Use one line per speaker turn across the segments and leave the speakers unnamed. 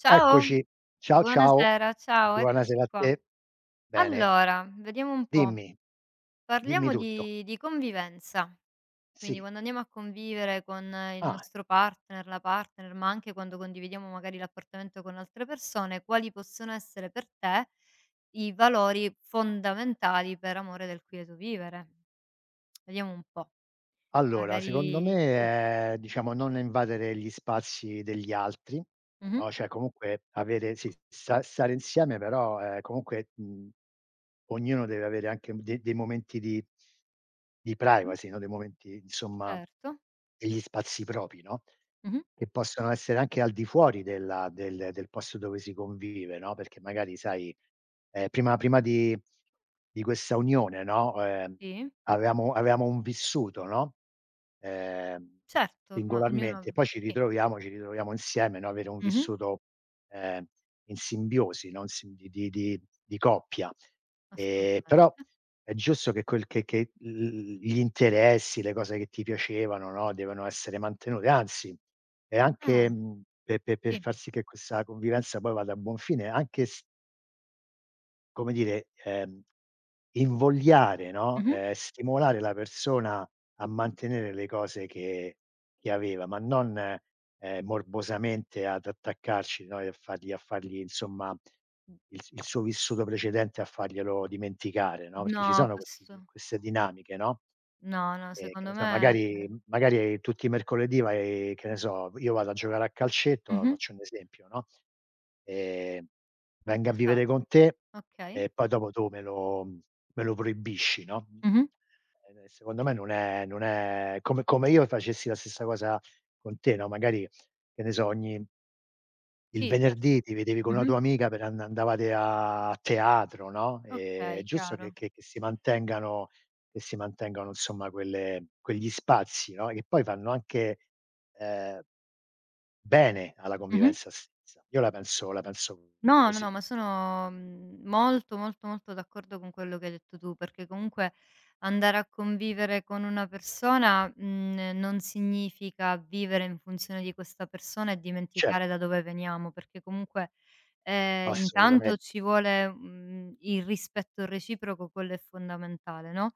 Ciao,
Eccoci. Ciao, ciao.
buonasera, ciao,
Buona
eccoci
sera a
qua.
te. Bene.
Allora, vediamo un po',
Dimmi, dimmi
parliamo
tutto.
di convivenza, quindi
Sì.
quando andiamo a convivere con il
Ah.
nostro partner, la partner, ma anche quando condividiamo magari l'appartamento con altre persone, quali possono essere per te i valori fondamentali per amore del quieto vivere? Vediamo un po',
Allora, secondo
magari sì.
me è, diciamo, non invadere gli spazi degli altri,
Mh-mh.
no, cioè comunque avere sì, stare insieme però, comunque, ognuno deve avere anche de dei momenti di
Sì,
privacy, no, dei momenti insomma,
certo.
degli spazi propri, no,
Mh-mh.
che possono essere anche al di fuori del posto dove si convive, no, perché magari sai, prima di questa unione, no,
Sì,
avevamo un vissuto, no, ehm,
certo, orma
singolarmente, e
ognuno
poi ci
sì.
ritroviamo ci ritroviamo insieme, no, avere un
Mh-mh.
vissuto, ehm, in simbiosi, no, in sim di coppia. Però
Assolutamente.
è giusto che quel che l gli interessi, le cose che ti piacevano, no, devono essere mantenute, anzi è anche,
Eh,
pe pe per
sì.
far sì che questa convivenza poi vada a buon fine, anche s come dire, invogliare, no,
Mh-mh.
stimolare la persona a mantenere le cose che aveva, ma non, morbosamente ad attaccarci noi, a fargli insomma il suo vissuto precedente a farglielo dimenticare, no, perché ci
No,
sono
questo
queste dinamiche, no?
no, no,
Che
secondo
ne so,
me
magari tutti i mercoledì vai che ne so, io vado a giocare a calcetto, no,
mh-mh.
faccio un esempio, no, ehm, venga a vivere
Esatto.
con te
Okay.
e poi dopo tu me lo proibisci, no,
Mh-mh.
secondo me non è come io facessi la stessa cosa con te, no, magari, che ne so, ogni il
Sì, certo.
venerdì ti vedevi con una
Mh-mh.
tua amica per andavate a teatro, no, è
Okay,
giusto che
chiaro.
che che si mantengano insomma quelle quegli spazi, no, che poi fanno anche, ehm bene alla
Mh-mh.
convivenza stessa. Io la penso
No, no,
così.
no, ma sono, molto, molto, molto d'accordo con quello che hai detto tu, perché comunque andare a convivere con una persona, non significa vivere in funzione di questa persona e dimenticare
Certo,
da dove veniamo, perché comunque, intanto
assolutamente.
ci vuole, il rispetto reciproco, quello è fondamentale, no,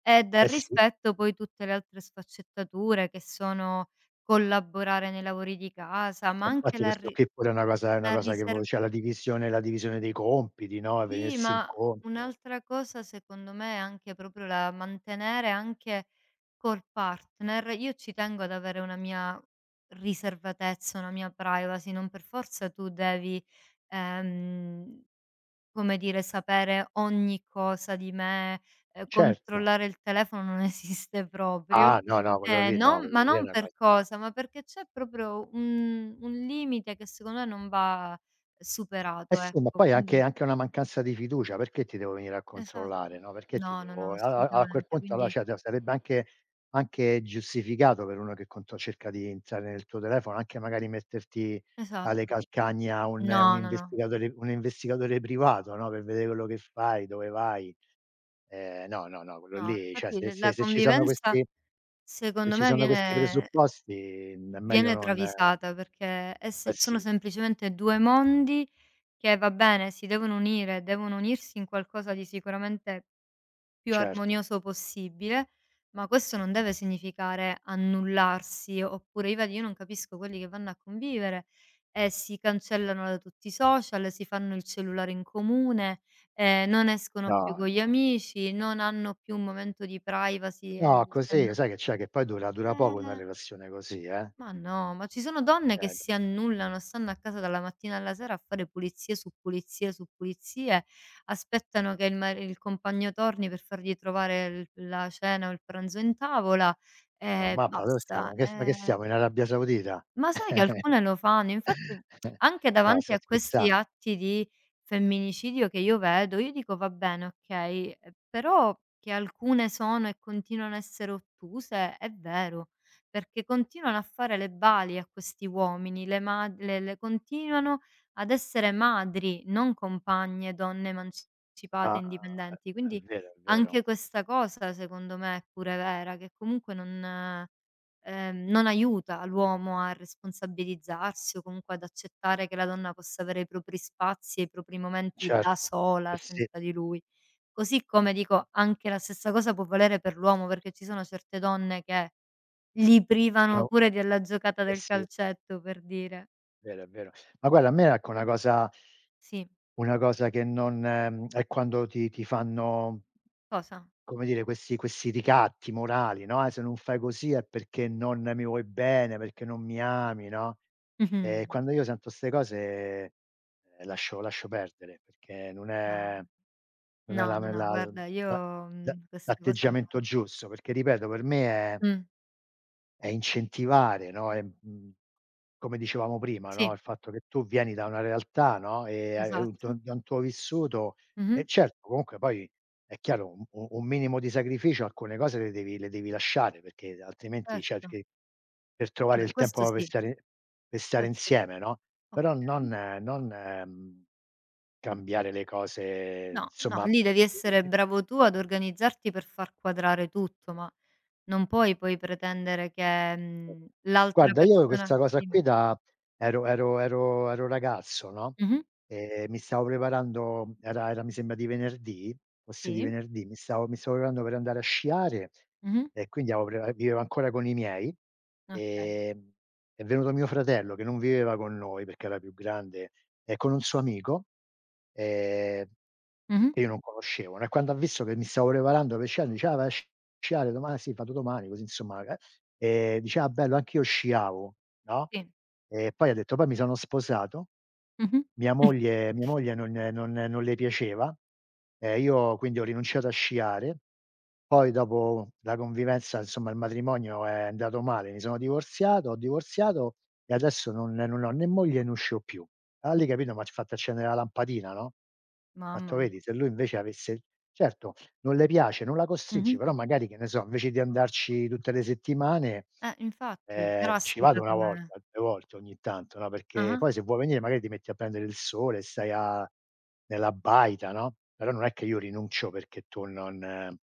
e dal
Eh sì,
rispetto poi tutte le altre sfaccettature che sono collaborare nei lavori di casa, ma
e
anche
infatti
la
questo
ri
qui pure è una cosa è una
la
cosa che vo
riser
cioè la divisione dei compiti, no,
Sì,
venirsi
ma
incontro.
un'altra cosa secondo me è anche proprio la mantenere anche col partner io ci tengo ad avere una mia riservatezza, una mia privacy, non per forza tu devi, ehm, come dire, sapere ogni cosa di me,
Certo.
controllare il telefono non esiste proprio.
Ah, no, no, quello lì no,
Non ma
quello lì è
non
una
per
cosa,
cosa, ma perché c'è proprio un limite che secondo me non va
eh
superato,
sì, ma
ecco,
poi anche
quindi
una mancanza di fiducia, perché ti devo venire a controllare,
esatto.
no, perché ti
No, no, no,
devo a a a quel
assolutamente.
punto, allora
Quindi
cioè, sarebbe anche giustificato per uno che contro cerca di entrare nel tuo telefono, anche magari metterti alle
esatto.
calcagna un
No, no, no,
investigatore un investigatore privato, no, per vedere quello che fai, dove vai. No, no, no, quello
no,
lì cioè
infatti
se
l
se
la
se ci sono
convivenza
questi,
secondo me viene
presupposti, è meglio
viene
non,
travisata perché è
eh
se sono
sì,
semplicemente 2 mondi che, va bene, si devono unire, devono unirsi in qualcosa di sicuramente più
certo.
armonioso possibile, ma
Certo,
questo non deve significare annullarsi, oppure io vedi io
sì.
non capisco quelli che vanno a convivere e si cancellano da tutti i social, si fanno il cellulare in comune, non escono più
No,
con gli
no.
amici, non hanno più un momento di privacy e
No,
se
così
no
sai che c'è, che poi dura poco una
eh.
relazione così, eh.
Ma no, ma ci sono donne
Cioè
che si
no,
annullano, stanno a casa dalla mattina alla sera a fare pulizie su pulizie su pulizie, aspettano che il compagno torni per fargli trovare l la cena o il pranzo in tavola e
mappa dove stiamo?
basta.
Che s ma che
Ehm,
siamo in Arabia Saudita?
ma sai che alcune lo fanno? Infatti anche
No,
davanti
sto
a questi
scherzando.
atti di femminicidio che io vedo, io dico: "Va bene, okay", però che alcune sono e continuano a essere ottuse è vero, perché continuano a fare le bali a questi uomini, le continuano ad essere madri, non compagne, donne
Ah,
emancipate,
ah,
indipendenti.
è
Quindi
vero, è
anche
vero.
questa cosa secondo me è pure vera, che comunque non non aiuta l'uomo a responsabilizzarsi o comunque ad accettare che la donna possa avere i propri spazi e i propri momenti da
Certo. Eh
sola,
sì.
senza di lui. Così come dico, anche la stessa cosa può valere per l'uomo, perché ci sono certe donne che li privano
Sono,
pure della giocata
eh
del
sì, è
calcetto, per dire.
vero, è vero. Ma guarda, a me ecco una cosa.
Sì.
Una cosa che non, è quando ti fanno,
Cosa?
come dire, questi ricatti morali, no: "Ah, se non fai così è perché non mi vuoi bene, perché non mi ami", no,
Mh-mh.
quando io sento 'ste cose, lascio perdere, perché non è
No.
non è
No,
la
no,
me
no,
la
guarda io,
la la
questa cosa non
l'atteggiamento
la
giusto, perché ripeto, per me è
mh,
è incentivare, no, è, come dicevamo prima, no,
sì,
il fatto che tu vieni da una realtà, no, e hai
esatto.
un tuo vissuto,
Mh-mh,
e certo comunque poi è chiaro un minimo di sacrificio, alcune cose le devi lasciare perché altrimenti
certo.
cerchi per trovare
Vabbè,
il
questo
tempo per
sì,
stare
questo sì.
insieme, no, però
Okay.
non, non, cambiare le cose
No, no,
insomma.
lì devi essere bravo tu ad organizzarti per far quadrare tutto, ma non puoi poi pretendere che,
Mh.
l'altra
Guarda, io avevo questa
persona
cosa
dimmi.
qui da ero ragazzo, no,
Mh-mh.
e mi stavo preparando, era era mi sembra di venerdì, forse di
Sì.
venerdì, mi stavo preparando per andare a sciare,
Mh-mh.
e quindi avevo, pre vivevo ancora con i miei,
Okay.
ehm, è venuto mio fratello che non viveva con noi perché era più grande, e con un suo amico, ehm,
Mh-mh.
che io non conoscevo, no, e quando ha visto che mi stavo preparando per sciare, dice: "Ah, vai a sciare domani?" "Sì, vado domani", così insomma, eh. Dice: "Ah bello, anch'io sciavo", no,
Sì.
e poi ha detto: "Poi mi sono sposato,
Mh-mh.
mia moglie mia moglie non le piaceva, e io quindi ho rinunciato a sciare, poi dopo la convivenza, insomma il matrimonio è andato male, mi sono divorziato, ho divorziato, e adesso non ho né moglie né uscio più". Allora lì, capito, m'ha fatto accendere la lampadina, no, ho fatto:
Mamma mia.
"Vedi, se lui invece avesse" certo, non le piace, non la costringi,
Mh-mh.
però magari, che ne so, invece di andarci tutte le settimane,
Infatti,
ci vado
drastica
1 volta,
come
2 volte ogni tanto, no, perché
ah-ah.
poi se vuoi venire magari ti metti a prendere il sole, stai a nella baita, no, però non è che io rinuncio perché tu non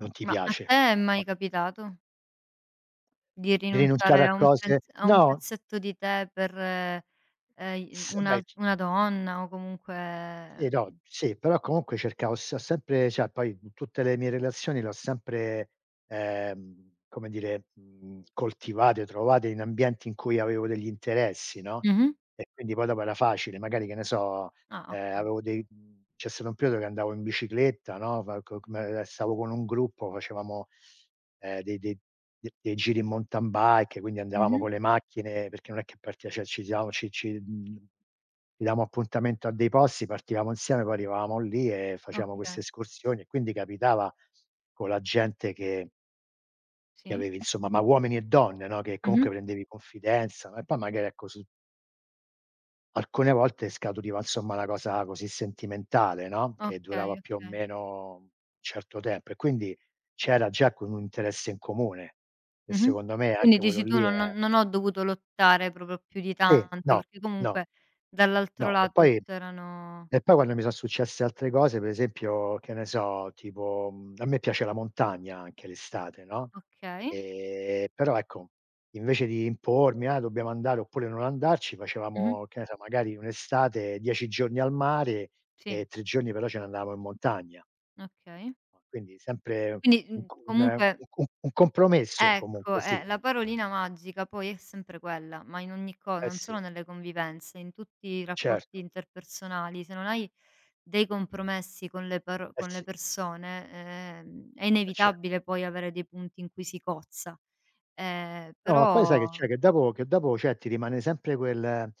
ti
Ma a
piace,
te è
no,
mai capitato di
di rinunciare
rinunciare
a
a
cose,
un
no,
pezzetto di te per, i
s
un'al
beh.
una donna o
Sì,
comunque
no, sì, però comunque cercavo, s ho sempre, cioè poi in tutte le mie relazioni le ho sempre, come dire, coltivate, trovate in ambienti in cui avevo degli interessi, no,
mh-mh.
e quindi poi dopo era facile, magari, che ne so.
Ah, okay.
Avevo dei, c'è stato un periodo che andavo in bicicletta, no, fa co come, stavo con un gruppo, facevamo, ehm, dei dei dei giri in mountain bike, quindi andavamo
Mh-mh.
con le macchine, perché non è che partia cioè ci siamo ci ci ci davamo appuntamento a dei posti, partivamo insieme, poi arrivavamo lì e facevamo queste
Okay,
escursioni, e quindi capitava con la gente che
sì.
avevi insomma, ma uomini e donne, no, che comunque
Mh-mh.
prendevi confidenza, no, e poi magari, ecco su alcune volte scaturiva insomma una cosa così sentimentale, no, che durava
Okay,
più o
okay.
meno un certo tempo, e quindi c'era già con un interesse in comune, che
Mh-mh.
secondo me
Quindi
anche quello
dici tu
lì è,
non ho dovuto lottare proprio più di
sì,
tanto,
no,
perché
no,
comunque dall'altro
no.
lato c'erano
E poi quando mi son successe altre cose, per esempio, che ne so, tipo, a me piace la montagna anche l'estate, no,
okay.
però ecco, invece di impormi: "Ah, dobbiamo andare oppure non andarci",
Mh-mh.
facevamo, che ne so, magari un'estate 10 giorni al mare
Sì,
e 3 giorni però ce ne andavamo in montagna,
okay.
no, quindi sempre
Quindi,
un co un
comunque
un co un compromesso
ecco,
comunque, sì.
la parolina magica poi è sempre quella, ma in ogni co
Eh
non
sì,
solo nelle convivenze, in tutti i rapporti
certo.
interpersonali. Se non hai dei compromessi con le paro
Eh
con le
sì,
persone, è
eh certo.
inevitabile poi avere dei punti in cui si cozza.
No, ma poi sai che
Però
c'è, che dopo, cioè, ti rimane sempre quel,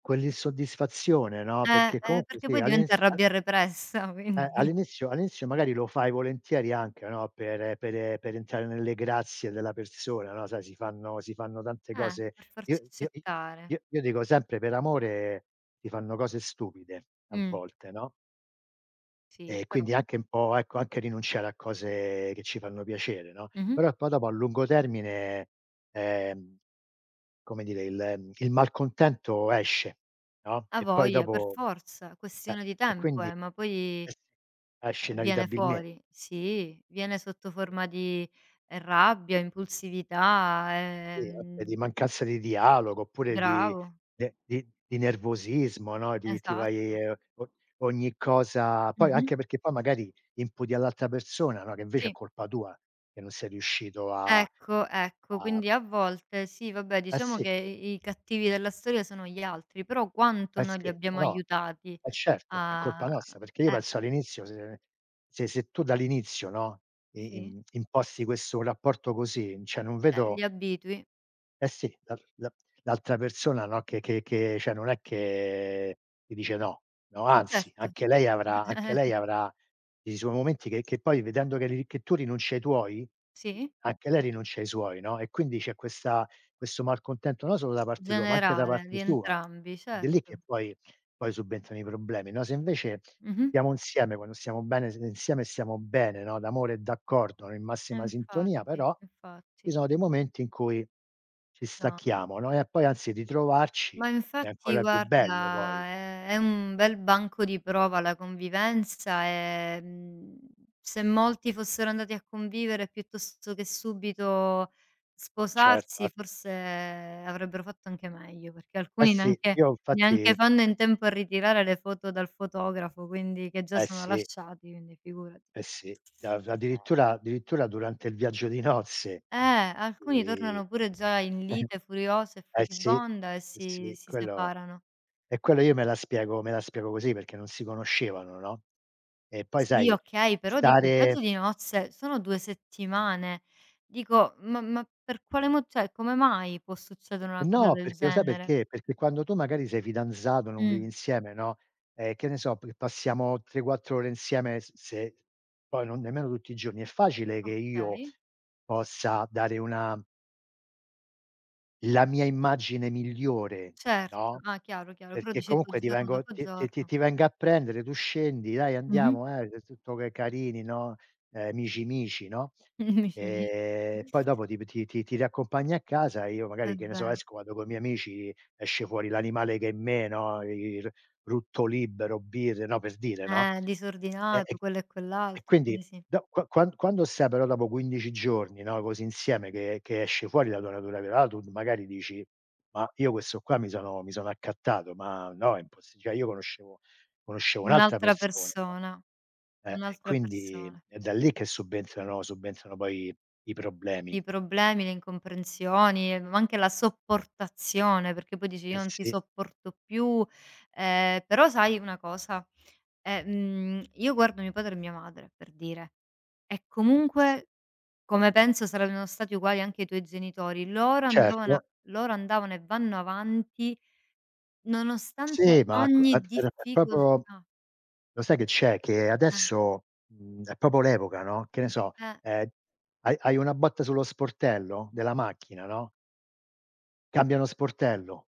quell'insoddisfazione, no, perché comunque
perché
sì,
poi diventa
all'inizio a,
rabbia repressa, quindi
all'inizio magari lo fai volentieri anche, no, per entrare nelle grazie della persona, no, sai si fanno tante cose,
per farci
io i
accettare.
io dico sempre per amore si fanno cose stupide a
Mh,
volte, no?
sì,
E
però
quindi anche un po', ecco, anche rinunciare a cose che ci fanno piacere, no,
mh-mh.
però poi dopo a lungo termine, ehm, come dire, il malcontento esce, no,
Ha
e poi
voglia, per
dopo,
forza,
eh,
questione di
e
tempo
quindi,
è, ma
eh
poi
sì, esce
uhm, viene
inevitabilme
fuori, sì, viene sotto forma di rabbia, impulsività,
sì, anche di mancanza di dialogo, oppure di,
bravo,
de di nervosismo, no, di ti vai,
esatto.
o ogni cosa poi,
Mh-mh.
anche perché poi magari imputi all'altra persona, no, che invece è
Sì,
colpa tua, che non sei riuscito a
ecco, ecco,
a
quindi a volte sì, vabbè,
eh
diciamo
sì,
che i cattivi della storia sono gli altri, però quanto
eh
noi li
sì, no,
abbiamo
no,
aiutati
eh certo, è colpa
a
nostra, perché io
eh,
penso all'inizio, se tu dall'inizio, no, i
sì,
im imposti questo rapporto così, cioè non vedo,
li abitui,
eh sì, l'altra persona, no, che cioè non è che ti dice no, no, anzi
certo.
anche lei avrà anche lei avrà i suoi momenti che poi vedendo che tu rinunci ai tuoi,
Sì,
anche lei rinuncia ai suoi, no, e quindi c'è questa, questo malcontento non solo da parte tua, ma anche da
generale, di
parte sua.
entrambi,
Ed è lì che
certo.
poi, subentrano i problemi, no, se invece
Mh-mh.
stiamo insieme, quando stiamo bene, s insieme stiamo bene, no, d'amore e d'accordo, in
E
massima sintonia,
infatti,
però ci
infatti.
sono dei momenti in cui ci
No, no.
stacchiamo, no, e poi anzi ritrovarci
Ma
è
infatti
ancora più bello poi.
guarda, è un bel banco di prova la convivenza e, se molti fossero andati a convivere piuttosto che subito
Certo, a,
sposarsi, forse avrebbero fatto anche meglio, perché
eh
alcuni
sì,
neanche
io
neanche
infatti,
fanno in tempo a ritirare le foto dal fotografo, quindi che già
eh
sono
sì,
lasciati, quindi figurati.
eh sì, a
Eh,
addirittura addirittura durante il viaggio di nozze.
alcuni
Quindi
tornano pure già in lite furiosa e
sì, eh
furibonda e si
sì,
si
quello,
separano.
e quello io me
Eh.
la spiego me la spiego così, perché non si conoscevano, no, e poi
Sì,
sai, ah,
okay, però dico il viaggio
stare,
di nozze sono 2 settimane. Dico: ma per quale mo" cioè come mai può succedere una cosa
no,
del
perché lo sai
genere?
perché? Perché quando tu magari sei fidanzato, non vivi
Mh,
insieme, no, che ne so, p passiamo 3, 4 ore insieme, s se poi non nemmeno tutti i giorni, è facile che io
okay,
possa dare una, la mia immagine migliore,
certo.
no,
Ah, chiaro, chiaro, però
perché
dici tu
comunque ti
giorno
vengo
dopo
ti ti ti
giorno.
ti vengo a prendere, tu scendi: "Dai
Mh-mh.
andiamo, t tutto ca carini, no, mici mici", no,
Mici, mici.
poi dopo ti p ti ti ti riaccompagni a casa e io
È
magari, che ne so,
ve
esco, vado coi miei amici, esce fuori l'animale che è in me, no, il rutto libero, birre, no, per dire, no, e
disordinato, quello e quell'altro,
quindi
quindi sì.
da qua, quando stai però dopo 15 giorni, no, così insieme che esce fuori la tua natura vera, tu magari dici: "Ma io questo qua mi sono accattato, ma no, è impossi" cioè io conoscevo un'altra
Un'altra
persona, no,
persona,
e
un'altra
quindi
persona.
è da lì che subentrano poi i problemi.
I problemi, le incomprensioni, ma anche la sopportazione, perché poi dici:
Eh
"Io non ti
sì,
sopporto più". Però sai una cosa, io guardo mio padre e mia madre, per dire, e
sì.
comunque, come penso saranno stati uguali anche i tuoi genitori, loro andavano a
Certo.
loro andavano e vanno avanti
Sì,
nonostante
ma co a
ogni
era è proprio,
difficoltà.
lo sai che c'è? Che
Eh,
adesso, è proprio l'epoca, no, che ne so,
eh,
ehm, hai una botta sullo sportello della macchina, no, cambiano sportello.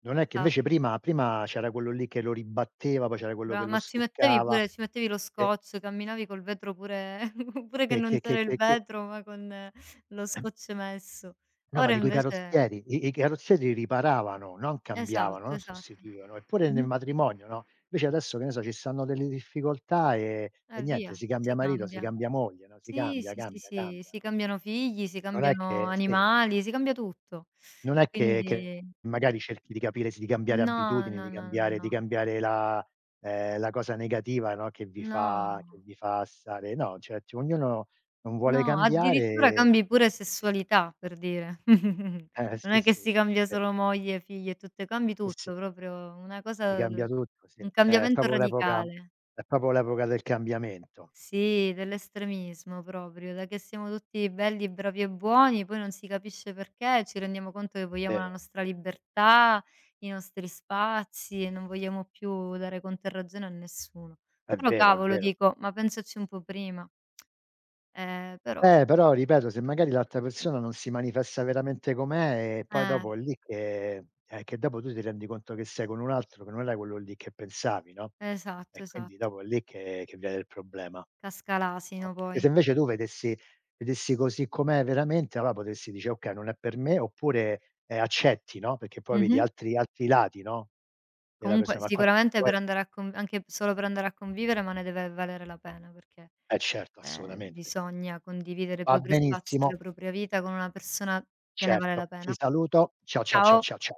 Non è che invece
esatto.
prima c'era quello lì che lo ribatteva, poi c'era quello che
Bra
lo
ma ci mettevi
stuccava,
pure ci mettevi lo
che
scotch, camminavi col vetro pure pure che non c'era il
che
vetro, ma con lo scotch messo.
no, ma
Ora
dico i
invece
carrozzieri, i carrozzieri riparavano, non cambiavano,
esatto,
non
esatto.
sostituivano. Eppure nel
Mh-mh.
matrimonio, no, invece adesso, che ne so, ci stanno delle difficoltà e niente,
Via,
si cambia
si
marito, si
cambia.
cambia moglie, no, si
Sì,
cambia,
sì, sì,
cambia,
sì,
cambia,
si
no?
cambiano figli, si
Non è
cambiano
che sì,
animali, si cambia tutto.
non è che
Quindi
magari cerchi di capire, s di cambiare
no,
abitudini, di
no, no, no,
cambiare di
no.
cambiare la, la cosa negativa, no, che
No.
vi fa stare no, cioè c ognuno non vuole
No, addirittura
cambiare,
cambi pure
sì,
sessualità, per dire. Non
sì,
è che
sì,
si cambia
vero.
solo moglie, figli e tutto, cambi
Sì, sì,
tutto, proprio una
si
cosa
cambia tutto, sì.
un cambiamento radicale.
È proprio l'epoca del cambiamento.
Sì, dell'estremismo proprio, da che siamo tutti belli, bravi e buoni, poi non si capisce perché, ci rendiamo conto che vogliamo la
Vero,
nostra libertà, i nostri spazi e non vogliamo più dare conto e ragione a nessuno.
è
Però
vero, è
cavolo
vero.
dico, ma pensaci un po' prima. Però
Però ripeto, se magari l'altra persona non si manifesta veramente com'è, e poi
eh,
dopo è lì che, che dopo tu ti rendi conto che sei con un altro, che non era quello lì che pensavi, no,
esatto,
e quindi
esatto.
dopo è lì che viene il problema,
Casca
no,
l'asino
perché
poi.
se invece tu vedessi così com'è veramente, allora potresti dice: "Okay, non è per me", oppure, accetti, no, perché poi vedi
Mh-mh.
altri lati, no, della
Comunque
persona, ma quando
sicuramente
vuoi-
per andare a con anche solo per andare a convivere, ma ne deve valere la pena perché,
eh certo, assolutamente.
bisogna condividere i
Va
propri spazi e la
benissimo,
propria vita con una persona che ne vale la
certo. Ti
pena.
saluto. Ciao, ciao, ciao,
Ciao.
ciao, cia